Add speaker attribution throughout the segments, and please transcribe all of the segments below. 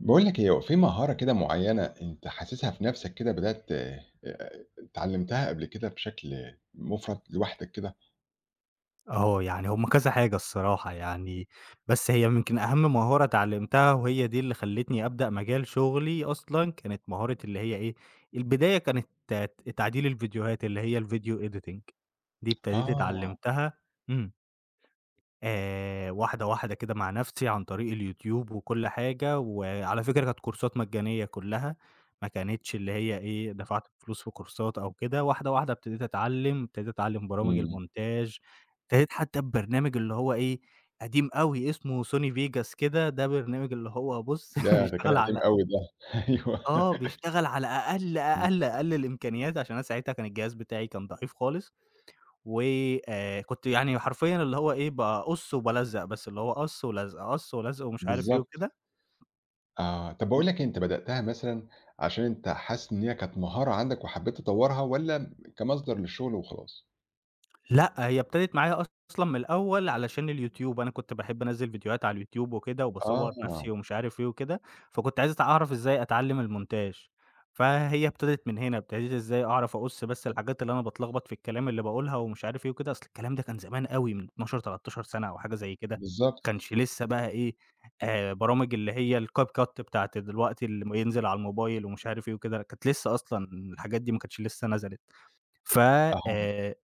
Speaker 1: باقول لك إيه، هو في مهارة كده معيّنة أنت حاسسها في نَفْسك كده بدأت اتعلّمتها قبل كده بشكل مُفرط لوحدك كده؟
Speaker 2: آه، يعني هم كذا حاجة الصراحة يعني، بس هي يمكن أهم مهارة اتعلمتها وهي دي اللي خلّتني أبدأ مجال شغلي أصلًا، كانت مهارة اللي هي إيه، البداية كانت تعديل الفيديوهات اللي هي الvideo editing دي ابتديت
Speaker 1: آه.
Speaker 2: اتعلمتها. إمم. واحدة، واحدة كده مع نَفْسي عن طريق اليوتيوب وكل حاجة، وعلى فكرة كانت كورسات مجانية كلّها، ما كانتش اللي هي إيه، دفعت فلوس في كورسات أو كده، واحدة، واحدة ابتديت أتعلّم، ابتديت أتعلّم برامج
Speaker 1: إمم.
Speaker 2: الmontage، ابتديت حتى ببرنامج اللي هو إيه، قديم أوي اسمه sony vegas كده، ده برنامج اللي هو بُص
Speaker 1: ياه! ده كان
Speaker 2: بيشتغل
Speaker 1: قديم
Speaker 2: على
Speaker 1: أوي ده، أيوه.
Speaker 2: آه، بيشتغل على أقل،
Speaker 1: إمم.
Speaker 2: أقل، أقل الإمكانيات، عشان أنا ساعتها كان الجهاز بتاعي كان ضعيف خالص. و كنت يعني حرفيًا اللي هو إيه، باقُص وبالزّق بس، اللي هو قَص ولزق، قَص ولزق ومش عارف إيه
Speaker 1: بالضبط.
Speaker 2: وكده.
Speaker 1: آه. طَب باقول لك إيه، أنت بدأتها مثلًا عشان أنت حاسس إن هي كانت مهارة عندك وحبّيت تطوّرها والّا كمصدر للشغل وخلاص؟
Speaker 2: لأ، هي ابتدت معايا أصلًا من الأول علشان اليوتيوب، أنا كنت باحب أنزّل فيديوهات على اليوتيوب وكده وباصوّر
Speaker 1: آه.
Speaker 2: نَفْسي ومش عارف إيه وكده، فكنت عايز أعرف إزاي أتعلّم الmontage، فهي ابتدت من هنا، ابتديت إزاي أعرف أقُص بس الحاجات اللي أنا باتلخبط في الكلام اللي باقولها ومش عارف إيه وكده، أصل الكلام ده كان زمان أوي من 12، 13 سَنة أو حاجة زي كده، ما
Speaker 1: بالضبط.
Speaker 2: كانش لسه بقى إيه، برامج اللي هي الCapcut بتاعة دلوقتي اللي بينزل على الموبايل ومش عارف إيه وكده، كانت لسه أصلًا الحاجات دي ما كانتش لسه نزلت. ف
Speaker 1: آه.
Speaker 2: آآ،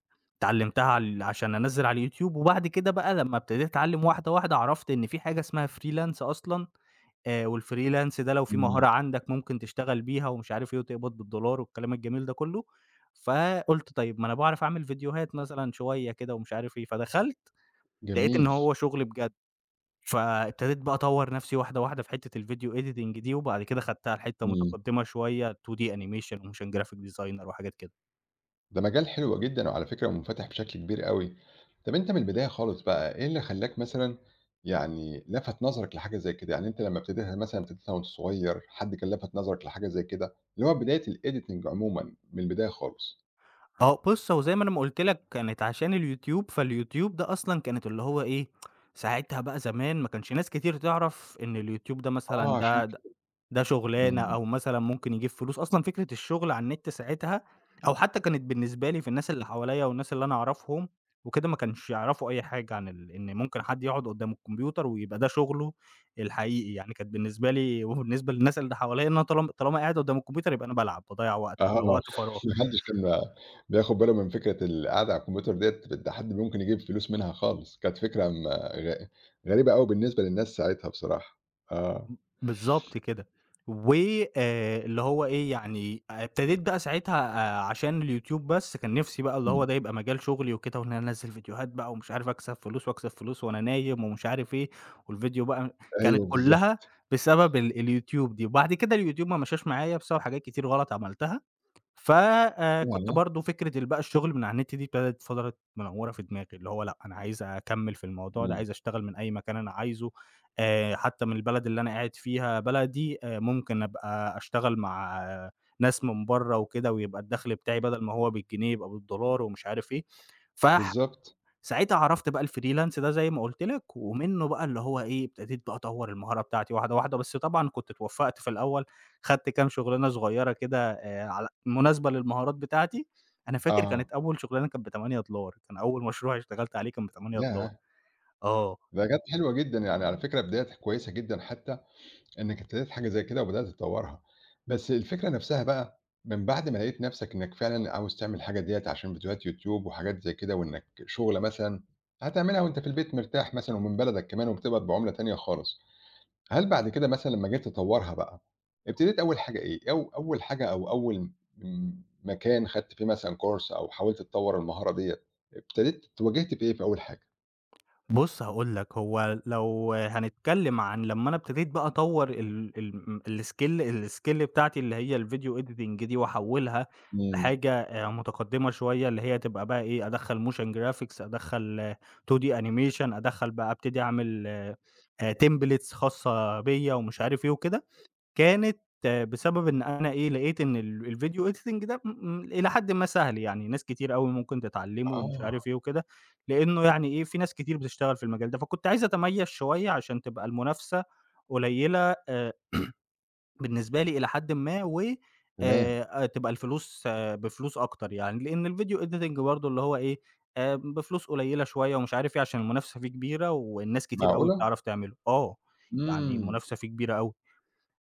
Speaker 2: اتعلمتها عشان أنزّل على اليوتيوب، وبعد كده بقى لمّا ابتديت أتعلم واحدة، واحدة، عرفت إن في حاجة اسمها freelance أصلًا، والfreelance ده لو في
Speaker 1: إمم.
Speaker 2: مهارة عندك ممكن تشتغل بيها ومش عارف إيه، وتقبض بالدولار والكلام الجميل ده كلّه، فقُلت طيب ما أنا باعرف أعمل فيديوهات مثلًا شوية كده ومش عارف إيه، فدخلت لقيت إن
Speaker 1: جميل.
Speaker 2: هو شغل بجد، فابتديت بقى أطوّر نفْسي واحدة، واحدة في حتّة الvideo editing دي، وبعد كده خدتها لحتّة
Speaker 1: إمم.
Speaker 2: متقدمة شوية 2D animation وmotion graphic designer وحاجات كده.
Speaker 1: ده مجال حلو جدًا وعلى فكرة ومُنفتح بشكل كبير أوي. طب أنت من البداية خالص بقى، إيه اللي خلّاك مثلًا يعني لَفَت نظرك لحاجة زي كده؟ يعني أنت لمّا ابتديتها مثلًا ابتديتها وأنت صغير، حد كان لَفَت نظرك لحاجة زي كده؟ اللي هو بداية الediting عمومًا، من البداية خالص.
Speaker 2: آه، بُص هو زي ما أنا ما قُلت لك كانت عشان اليوتيوب، فاليوتيوب ده أصلًا كانت اللي هو إيه، ساعتها بقى زمان ما كانش ناس كتير تعرف إن اليوتيوب ده مثلًا
Speaker 1: آه، عشان كده.
Speaker 2: ده شُغلانة
Speaker 1: إمم.
Speaker 2: أو مثلًا ممكن يجيب فلوس، أصلًا فكرة الشُغل على النت ساعتها أو حتى كانت بالنسبة لي في الناس اللي حواليّا والناس اللي أنا أعرفهم وكده ما كانش يعرفوا أي حاجة عن ال إن ممكن حد يقعد قدّام الكمبيوتر ويبقى ده شُغله الحقيقي، يعني كانت بالنسبة لي وبالنسبة للناس اللي حواليّا إن أنا طالما طالما قاعد قدّام الكمبيوتر يبقى أنا بالعب، باضيّع وقت،
Speaker 1: آه،
Speaker 2: بيبقى
Speaker 1: ما
Speaker 2: وقت فراغ.
Speaker 1: حدش كان بياخد باله من فكرة القعدة على الكمبيوتر ديّة، ده حد ممكن يجيب فلوس منها خالص، كانت فكرة م غ غريبة أوي بالنسبة للناس ساعتها بصراحة. آه.
Speaker 2: ب بالضبط كده. و اللي هو إيه، يعني ابتديت بقى ساعتها عشان الYouTube بس كان نِفْسي بقى اللي هو
Speaker 1: إمم.
Speaker 2: ده يبقى مجال شغلي وكده، وإن أنا أنزّل فيديوهات بقى ومش عارف أكسب فلوس وأكسب فلوس وأنا نايم ومش عارف إيه، والفيديو بقى كانت
Speaker 1: أيوه
Speaker 2: كُلّها
Speaker 1: بالضبط.
Speaker 2: بسبب الYouTube دي. وبعد كده الYouTube ما مشاش معايا بسبب حاجات كتير غلط عملتها. ف كنت
Speaker 1: ياه!
Speaker 2: برضه فكرة ال بقى الشغل من على النت دي ابتدت فضلت منوّرة في دماغي، اللي هو لأ، أنا عايز أكمّل في الموضوع ده،
Speaker 1: إمم.
Speaker 2: عايز أشتغل من أي مكان أنا عايزه، حتى من البلد اللي أنا قاعد فيها بلدي، ممكن أبقى أشتغل مع آه، ناس من برّه وكده، ويبقى الدخل بتاعي بدل ما هو بالجنيه يبقى بالدولار ومش عارف إيه، فح
Speaker 1: بالضبط.
Speaker 2: ساعتها عرفت بقى الfreelance ده زي ما قُلت لك، ومنّه بقى اللي هو إيه، ابتديت بقى أطوّر المهارة بتاعتي واحدة، واحدة، بس طبعًا كنت اتوفّقت في الأول، خدت كام شُغلانة صغيّرة كده على مناسبة للمهارات بتاعتي، أنا فاكر
Speaker 1: آه.
Speaker 2: كانت أول شُغلانة كانت ب$8، كان أول مشروع اشتغلت عليه كان ب$8.
Speaker 1: ياه!
Speaker 2: آه.
Speaker 1: ده جات حلوة جدًا، يعني على فكرة بداية كويسة جدًا حتى إنِّك ابتديتِ حاجة زي كده وبدأتِ تطوّرها، بس الفكرة نفسها بقى من بعد ما لقيت نفسك إنّك فعلًا عاوز تعمل الحاجة ديّة عشان فيديوهات يوتيوب وحاجات زي كده وإنّك شُغلة مثلًا هتعملها وأنت في البيت مرتاح مثلًا ومن بلدك كمان وبتقبض بعُملة تانية خالص، هل بعد كده مثلًا لمّا جيت تطوّرها بقى، ابتديت أول حاجة إيه؟ أو أول حاجة أو أول م مكان خدت فيه مثلًا كورس أو حاولت تطوّر المهارة ديّة، ابتديت ت واجهت بإيه في أول حاجة؟
Speaker 2: بُص هاقول لك، هو لو هنتكلم عن لمّا أنا ابتديت بقى أطوّر ال ال الskill الskill بتاعتي اللي هي الvideo editing دي وأحوّلها
Speaker 1: إمم.
Speaker 2: لحاجة متقدّمة شوية، اللي هي تبقى بقى إيه، أدخّل motion graphics أدخّل 2D animation أدخّل بقى أبتدي أعمل templates خاصة بيّا ومش عارف إيه وكده. كانت آه، بسبب إن أنا إيه، لقيت إن الvideo editing ده إلى حدٍ ما سهل، يعني ناس كتير أوي ممكن تتعلمه ومش
Speaker 1: آه.
Speaker 2: عارف إيه وكده، لإنه يعني إيه، في ناس كتير بتشتغل في المجال ده، فكنت عايز أتميّز شوية عشان تبقى المنافسة قليلة آآ، بالنسبة لي إلى حدٍ ما و
Speaker 1: تمام.
Speaker 2: تبقى الفلوس آه، بفلوس أكتر يعني، لإن الvideo editing برضه اللي هو إيه، بفلوس قليلة شوية ومش عارف إيه، عشان المنافسة فيه كبيرة والناس كتير أوي
Speaker 1: معقولة!
Speaker 2: بتعرف تعمله، آه، يعني
Speaker 1: إمم.
Speaker 2: المنافسة فيه كبيرة أوي.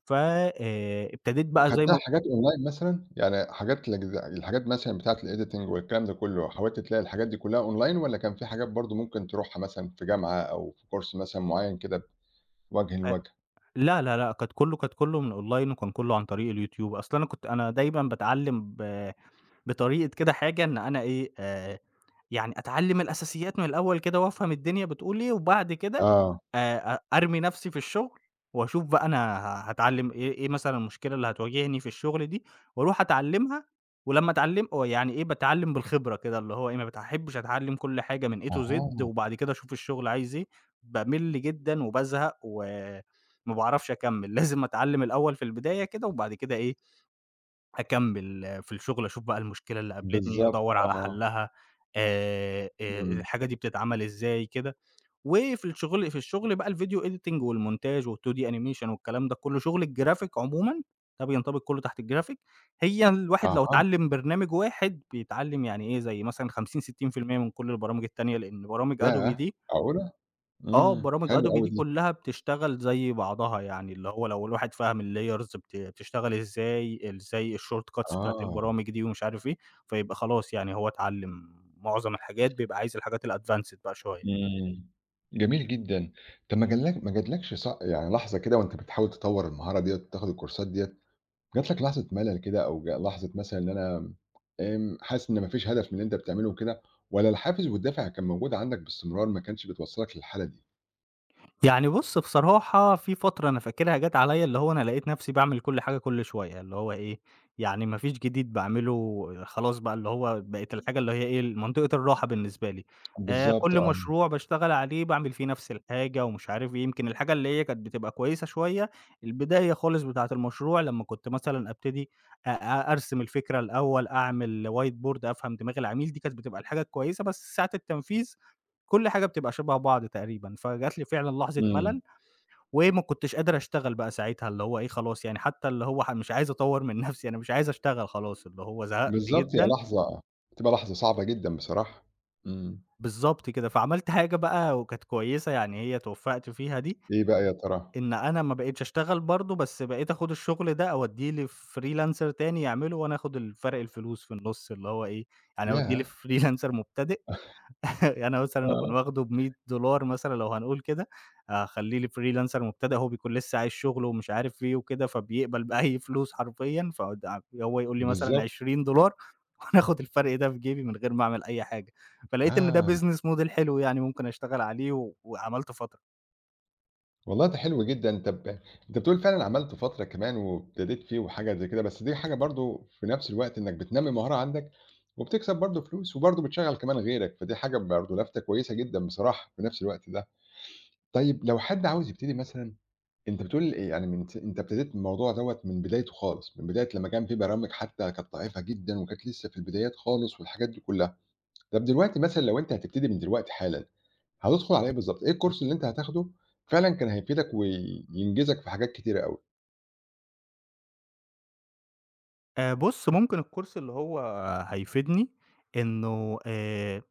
Speaker 2: ف ابتديت بقى زي
Speaker 1: وخدتها
Speaker 2: ما
Speaker 1: حاجات أونلاين مثلًا؟ يعني حاجات الحاجات مثلًا بتاعة الediting والكلام ده كله، حاولت تلاقي الحاجات دي كلها أونلاين والّا كان في حاجات برضه ممكن تروحها مثلًا في جامعة أو في كورس مثلًا معين كده وجهًا
Speaker 2: أ
Speaker 1: لوجه؟
Speaker 2: لا، لا، لأ، كانت كلّه كانت كلّه من أونلاين وكان كلّه عن طريق اليوتيوب، أصل أنا كنت أنا دايمًا باتعلّم بطريقة كده حاجة إن أنا إيه، يعني أتعلّم الأساسيات من الأول كده وأفهم الدنيا بتقول إيه، وبعد كده
Speaker 1: آه.
Speaker 2: أ أرمي نفْسي في الشغل وأشوف بقى أنا هاتعلّم إيه إيه مثلًا المشكلة اللي هتواجهني في الشغل دي، وأروح أتعلّمها، ولمّا أتعلّم ويعني إيه باتعلّم بالخبرة كده، اللي هو إيه ما باحبش أتعلّم كل حاجة من A to Z
Speaker 1: أها.
Speaker 2: وبعد كده أشوف الشغل عايز إيه، بامِل جدًا وبازهق وما باعرفش أكمّل، لازم أتعلّم الأول في البداية كده وبعد كده إيه أكمّل في الشغل، أشوف بقى المشكلة اللي قابلتني،
Speaker 1: بالضبط
Speaker 2: أدوّر على
Speaker 1: آه.
Speaker 2: حلّها،
Speaker 1: إمم.
Speaker 2: الحاجة دي بتتعمل إزاي كده، وفي الشغل بقى الvideo editing والmontage وال2D animation والكلام ده كلّه، شغل الجرافيك عمومًا، ده بينطبق كلّه تحت الجرافيك، هي الواحد لو
Speaker 1: أها.
Speaker 2: اتعلّم برنامج واحد بيتعلّم يعني إيه، زي مثلًا 50، 60% من كل البرامج التانية، لإن برامج Adobe
Speaker 1: ياه!
Speaker 2: دي
Speaker 1: معقولة!
Speaker 2: آه،
Speaker 1: إمم،
Speaker 2: برامج
Speaker 1: حلوة
Speaker 2: Adobe
Speaker 1: أوي
Speaker 2: دي
Speaker 1: دي.
Speaker 2: كلّها بتشتغل زي بعضها، يعني اللي هو لو الواحد فَهم الlayers بتشتغل إزاي، إزاي الshort cuts بتاعة
Speaker 1: آه.
Speaker 2: البرامج دي ومش عارف إيه، فيبقى خلاص يعني هو اتعلّم معظم الحاجات، بيبقى عايز الحاجات الadvanced بقى شوية.
Speaker 1: إمم. جميل جدًا. طَب ما جاتلكش يعني لحظة كده وأنت بتحاول تطوّر المهارة ديّة وتاخد الكورسات ديّة جات لك لحظة ملل كده أو جا لحظة مثلًا إن أنا حاسس إن ما فيش هدف من اللي أنت بتعمله وكده، والّا الحافز والدافع كان موجود عندك باستمرار ما كانش بتوصّلك للحالة دي؟
Speaker 2: يعني بُص بصراحة في فترة أنا فاكرها جات عليّا اللي هو أنا لقيت نفسي باعمل كل حاجة كل شوية، اللي هو إيه، يعني ما فيش جديد باعمله خلاص بقى اللي هو بقت الحاجة اللي هي إيه، منطقة الراحة بالنسبة لي،
Speaker 1: بالضبط
Speaker 2: كل
Speaker 1: آه.
Speaker 2: مشروع باشتغل عليه باعمل فيه نفس الحاجة ومش عارف إيه، يمكن الحاجة اللي هي كانت بتبقى كويسة شوية، البداية خالص بتاعة المشروع لمّا كنت مثلًا أبتدي أ أ أرسم الفكرة الأول، أعمل whiteboard أفهم دماغ العميل، دي كانت بتبقى الحاجة الكويسة، بس ساعة التنفيذ كل حاجة بتبقى شبه بعض تقريبًا، فجات لي فعلًا لحظة
Speaker 1: إمم.
Speaker 2: ملل، وما كنتش قادر أشتغل بقى ساعتها، اللي هو إيه خلاص يعني حتى اللي هو مش عايز أطوّر من نفسي، أنا مش عايز أشتغل خلاص، اللي هو زهقت
Speaker 1: بالضبط، هي
Speaker 2: جدًا.
Speaker 1: لحظة بتبقى لحظة صعبة جدًا بصراحة. إمم.
Speaker 2: بالضبط كده، فعملت حاجة بقى وكانت كويسة يعني هي اتوفّقت فيها دي،
Speaker 1: إيه بقى يا ترى؟
Speaker 2: إن أنا ما بقيتش أشتغل برضه، بس بقيت آخُد الشغل ده أودّيه لfreelancer تاني يعمله وأنا آخُد الفرق الفلوس في النُص، اللي هو إيه، يعني أودّيه
Speaker 1: ياه!
Speaker 2: لfreelancer مبتدئ. يعني أنا مثلًا أكون
Speaker 1: آه.
Speaker 2: واخده ب$100 مثلًا لو هنقول كده، أخلّيه لfreelancer مبتدئ هو بيكون لسه عايز شغله ومش عارف إيه وكده، فبيقبل بأي فلوس حرفيًا، هو يقول لي مثلًا
Speaker 1: بالضبط.
Speaker 2: $20 وأنا آخد الفرق ده في جيبي من غير ما أعمل أي حاجة، فلقيت إن ده
Speaker 1: آه.
Speaker 2: business model حلو يعني ممكن أشتغل عليه وعملت فترة.
Speaker 1: والله ده حلو جدًا، طب أنت بتقول فعلًا عملت فترة كمان وابتديت فيه وحاجة زي كده، بس دي حاجة برضه في نفس الوقت إنك بتنمّي مهارة عندك، وبتكسب برضه فلوس، وبرضه بتشغّل كمان غيرك، فدي حاجة برضه لفتة كويسة جدًا بصراحة في نفس الوقت ده. طيب لو حد عاوز يبتدي مثلًا أنت بتقول يعني من أنت ابتديت الموضوع دوّة من بدايته خالص، من بداية لمّا كان في برامج حتى كانت ضعيفة جدًا وكانت لسه في البدايات خالص والحاجات دي كلها. طب دلوقتي مثلًا لو أنت هتبتدي من دلوقتي حالًا، هتدخل على إيه بالضبط؟ إيه الcourse اللي أنت هتاخده فعلًا كان هيفيدك وينجزك في حاجات كتيرة أوي؟
Speaker 2: بُص ممكن الcourse اللي هو هيفيدني إنه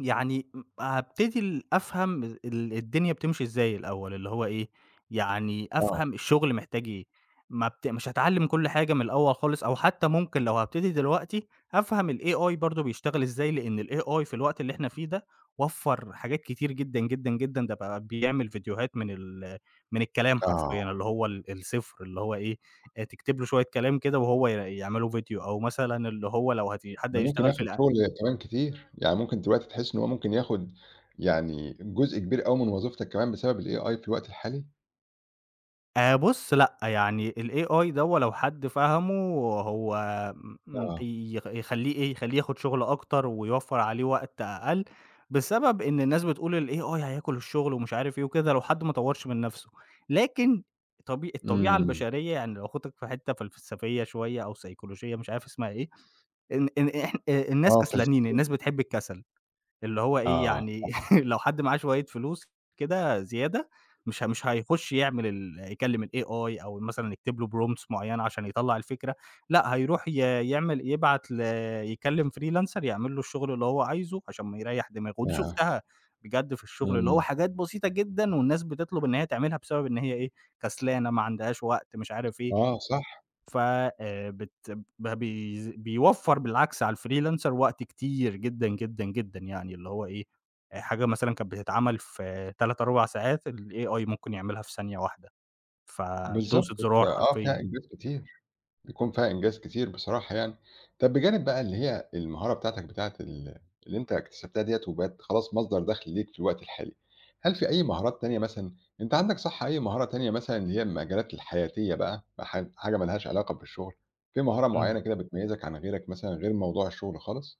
Speaker 2: يعني هابتدي أفهم الدنيا بتمشي إزاي الأول، اللي هو إيه، يعني
Speaker 1: آه.
Speaker 2: أفهم الشغل محتاج إيه، ما بت مش هاتعلّم كل حاجة من الأول خالص أو حتى ممكن لو هابتدي دلوقتي، أفهم الAI برضه بيشتغل إزاي، لإن الAI في الوقت اللي إحنا فيه ده وفّر حاجات كتير جدًا، جدًا، جدًا، ده بقى بيعمل فيديوهات من الكلام حرفيًا،
Speaker 1: آه.
Speaker 2: اللي هو الصفر اللي هو إيه، تكتب له شوية كلام كده وهو يعملوا فيديو، أو مثلًا اللي هو لو حد
Speaker 1: ده ممكن
Speaker 2: هيشتغل في
Speaker 1: ياخد شغل كمان كتير، يعني ممكن دلوقتي تحس إن هو ممكن ياخد يعني جزء كبير أوي من وظيفتك كمان بسبب الAI في الوقت الحالي؟
Speaker 2: بُص لأ، يعني الAI دوّة لو حد فَهَمه هو م
Speaker 1: آه.
Speaker 2: يخ يخلّيه إيه، يخلّيه ياخد شغل أكتر ويوفّر عليه وقت أقل، بسبب إن الناس بتقول الAI هياكل الشغل ومش عارف إيه وكده لو حد ما طوّرش من نَفْسه، لكن الطبيعة
Speaker 1: إمم.
Speaker 2: البشرية يعني لو آخدك في حتّة فلسفية شوية أو سيكولوجية مش عارف اسمها إيه، إن إن إح الناس
Speaker 1: آه
Speaker 2: كسلانين،
Speaker 1: فلسفيًا.
Speaker 2: الناس بتحب الكسل. اللي هو إيه،
Speaker 1: آه.
Speaker 2: يعني لو حد معاه شوية فلوس كده زيادة، مش هيخُش يعمل يكلّم الAI أو مثلًا يكتب له prompts معيّنة عشان يطلّع الفكرة، لأ هيروح يعمل يبعت ل يكلّم freelancer يعمل له الشغل اللي هو عايزه عشان ما يريّح دماغه، ودي
Speaker 1: آه.
Speaker 2: شُفتها بجد في الشغل، اللي هو
Speaker 1: إمم.
Speaker 2: حاجات بسيطة جدًا والناس بتطلب إن هي تعملها بسبب إن هي إيه، كسلانة، ما عندهاش وقت، مش عارف إيه.
Speaker 1: آه صح.
Speaker 2: ف بت ب بيز بيوفّر بالعكس على الfreelancer وقت كتير جدًا، جدًا، جدًا يعني اللي هو إيه، حاجة مثلًا كانت بتتعمل في 3، 4 ساعات الAI ممكن يعملها في ثانية واحدة،
Speaker 1: بالضبط.
Speaker 2: فبدوسة زرار
Speaker 1: آه فيها
Speaker 2: حرفيًا.
Speaker 1: إنجاز كتير. بيكون فيها إنجاز كتير بصراحة يعني. طب بجانب بقى اللي هي المهارة بتاعتك بتاعة اللي أنت اكتسبتها ديّة وبقت خلاص مصدر دخل ليك في الوقت الحالي، هل في أي مهارات تانية مثلًا أنت عندك صح أي مهارة تانية مثلًا اللي هي المجالات الحياتية بقى، حاجة ما لهاش علاقة بالشغل، في مهارة
Speaker 2: إمم.
Speaker 1: معيّنة كده بتميزك عن غيرك مثلًا غير موضوع الشغل خالص؟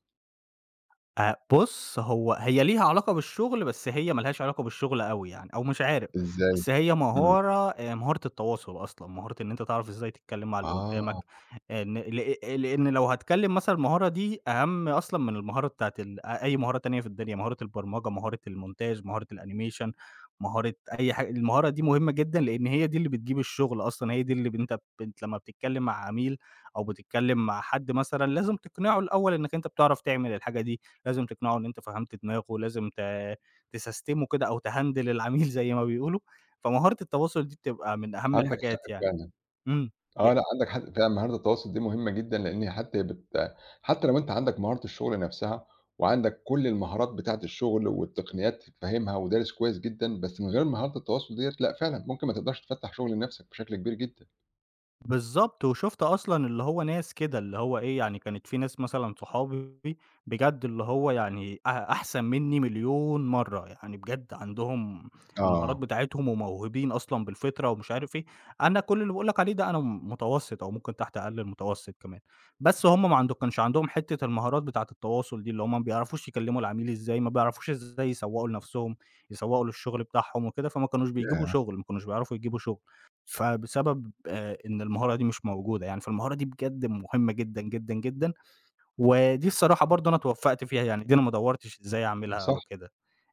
Speaker 2: بُص، هو هي ليها علاقة بالشغل، بس هي ما لهاش علاقة بالشغل أوي يعني، أو مش عارف،
Speaker 1: إزاي؟
Speaker 2: بس هي
Speaker 1: إمم.
Speaker 2: مهارة مهارة التواصل أصلًا، مهارة إن أنت تعرف إزاي تتكلّم مع اللي قدّامك،
Speaker 1: آه،
Speaker 2: إن لإ لإن لو هاتكلّم مثلًا المهارة دي أهَم أصلًا من المهارة بتاعة أي مهارة تانية في الدنيا، مهارة البرمجة، مهارة الmontage، مهارة الanimation، مهارة أي حاجة، المهارة دي مهمة جدًا، لإن هي دي اللي بتجيب الشغل أصلًا، هي دي اللي ب أنت بت لمّا بتتكلّم مع عميل أو بتتكلّم مع حد مثلًا، لازم تقنعه الأول إنك أنت بتعرف تعمل الحاجة دي. لازم تقنعه إن أنت فهَمت دماغه، لازم ت تسستمه كده أو تهندل العميل زي ما بيقولوا، فمهارة التواصل دي بتبقى من أهم
Speaker 1: عندك
Speaker 2: الحاجات
Speaker 1: حق
Speaker 2: يعني.
Speaker 1: فعلًا.
Speaker 2: إمم.
Speaker 1: آه، لأ، عندك حق فعلًا مهارة التواصل دي مهمة جدًا، لإن حتى حتى لو أنت عندك مهارة الشغل نفسها، وعندك كل المهارات بتاعة الشغل والتقنيات فاهمها ودارس كويس جدًا، بس من غير مهارة التواصل ديّة لأ، فعلًا ممكن ما تقدرش تفتح شغل لنفسك بشكل كبير جدًا.
Speaker 2: بالضبط، وشُفت أصلًا اللي هو ناس كده، اللي هو إيه، يعني كانت في ناس مثلًا صحابي بجد اللي هو يعني أحسن منّي مليون مرّة، يعني بجد عندهم المهارات
Speaker 1: آه.
Speaker 2: بتاعتهم وموهوبين أصلًا بالفطرة ومش عارف إيه، أنا كل اللي باقول لك عليه ده أنا متوسط أو ممكن تحت أقل المتوسط كمان، بس هم ما عند كانش عندهم حتّة المهارات بتاعة التواصل دي، اللي هم ما بيعرفوش يكلّموا العميل إزاي، ما بيعرفوش إزاي يسوّقوا لنَفْسهم، يسوّقوا للشغل بتاعهم وكده، فما كانوش بيجيبوا
Speaker 1: ياه!
Speaker 2: شغل، ما كانوش بيعرفوا يجيبوا شغل. فبسبب إن المهارة دي مش موجودة يعني، فالمهارة دي بجد مهمة جدًا، جدًا، جدًا، ودي الصراحة برضه أنا اتوفّقت فيها يعني، دي أنا ما دوّرتش إزاي أعملها
Speaker 1: صح.
Speaker 2: أو كده،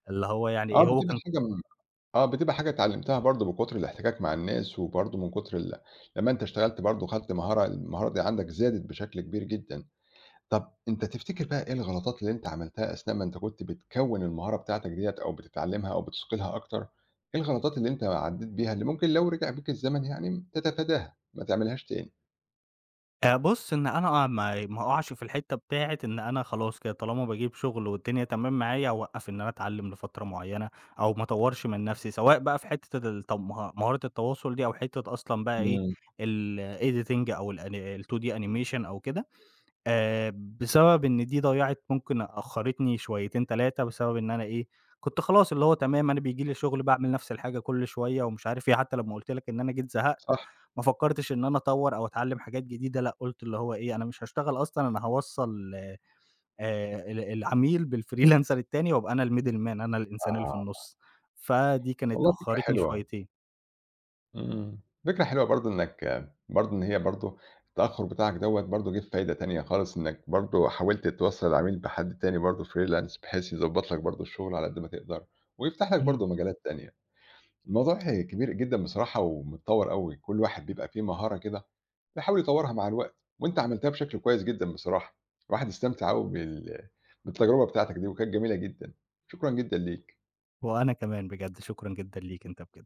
Speaker 2: اللي هو يعني
Speaker 1: آه،
Speaker 2: إيه، هو
Speaker 1: بتبقى
Speaker 2: كان
Speaker 1: حاجة م آه، بتبقى حاجة اتعلمتها برضه من كتر الاحتكاك مع الناس، وبرضه من كتر لمّا أنت اشتغلت برضه خدت مهارة، المهارة دي عندك زادت بشكل كبير جدًا. طب أنت تفتكر بقى إيه الغلطات اللي أنت عملتها أثناء ما أنت كنت بتكوّن المهارة بتاعتك ديّة أو بتتعلّمها أو بتثقلها أكتر، إيه الغلطات اللي أنت عدّيت بيها اللي ممكن لو رجع بيك الزمن يعني تتفاداها، ما تعملهاش تاني؟
Speaker 2: بُص، إن أنا آه، ما أقعش في الحتّة بتاعة إن أنا خلاص كده طالما باجيب شغل والدنيا تمام معايا، أوقّف إن أنا أتعلّم لفترة معيّنة أو ما اطوّرش من نَفْسي، سواء بقى في حتّة الت مه مهارة التواصل دي أو حتّة أصلًا بقى إيه،
Speaker 1: إمم.
Speaker 2: الediting أو ال2D animation أو كده. آآ، بسبب إن دي ضيّعِت ممكن أخّرتني شويتين، 3 بسبب إن أنا إيه، كنت خلاص اللي هو تمام أنا بييجي لي شغل باعمل نفس الحاجة كل شوية ومش عارف إيه، حتى لمّا قُلت لك إن أنا جيت زهقت،
Speaker 1: صح.
Speaker 2: ما فكّرتش إن أنا أطوّر أو أتعلّم حاجات جديدة لأ، قُلت اللي هو إيه، أنا مش هاشتغل أصلًا أنا هاوصّل ال العميل بالfreelancer التاني وأبقى أنا الmiddle man أنا الإنسان اللي في
Speaker 1: آه،
Speaker 2: النُص، فدي كانت
Speaker 1: والله فكرة
Speaker 2: أخّرتني
Speaker 1: حلوة.
Speaker 2: شويتين.
Speaker 1: إمم، فكرة حلوة برضه إنّك برضه إن هي برضه التأخُّر بتاعك دوّة برضه جِه بفايدة تانية خالص، إنّك برضه حاولت توصّل العميل بحد تاني برضه freelance بحيث يضبّط لك برضه الشغل على قد ما تقدر ويفتح لك
Speaker 2: إمم،
Speaker 1: برضه مجالات تانية. الموضوع كبير جدًا بصراحة ومتطوّر أوي، كل واحد بيبقى فيه مهارة كده بيحاول يطوّرها مع الوقت، وأنت عملتها بشكل كويس جدًا بصراحة، الواحد استمتع أوي بالتجربة بتاعتك دي وكانت جميلة جدًا، شكرًا جدًا ليك.
Speaker 2: وأنا كمان بجد شكرًا جدًا ليك أنت بجد.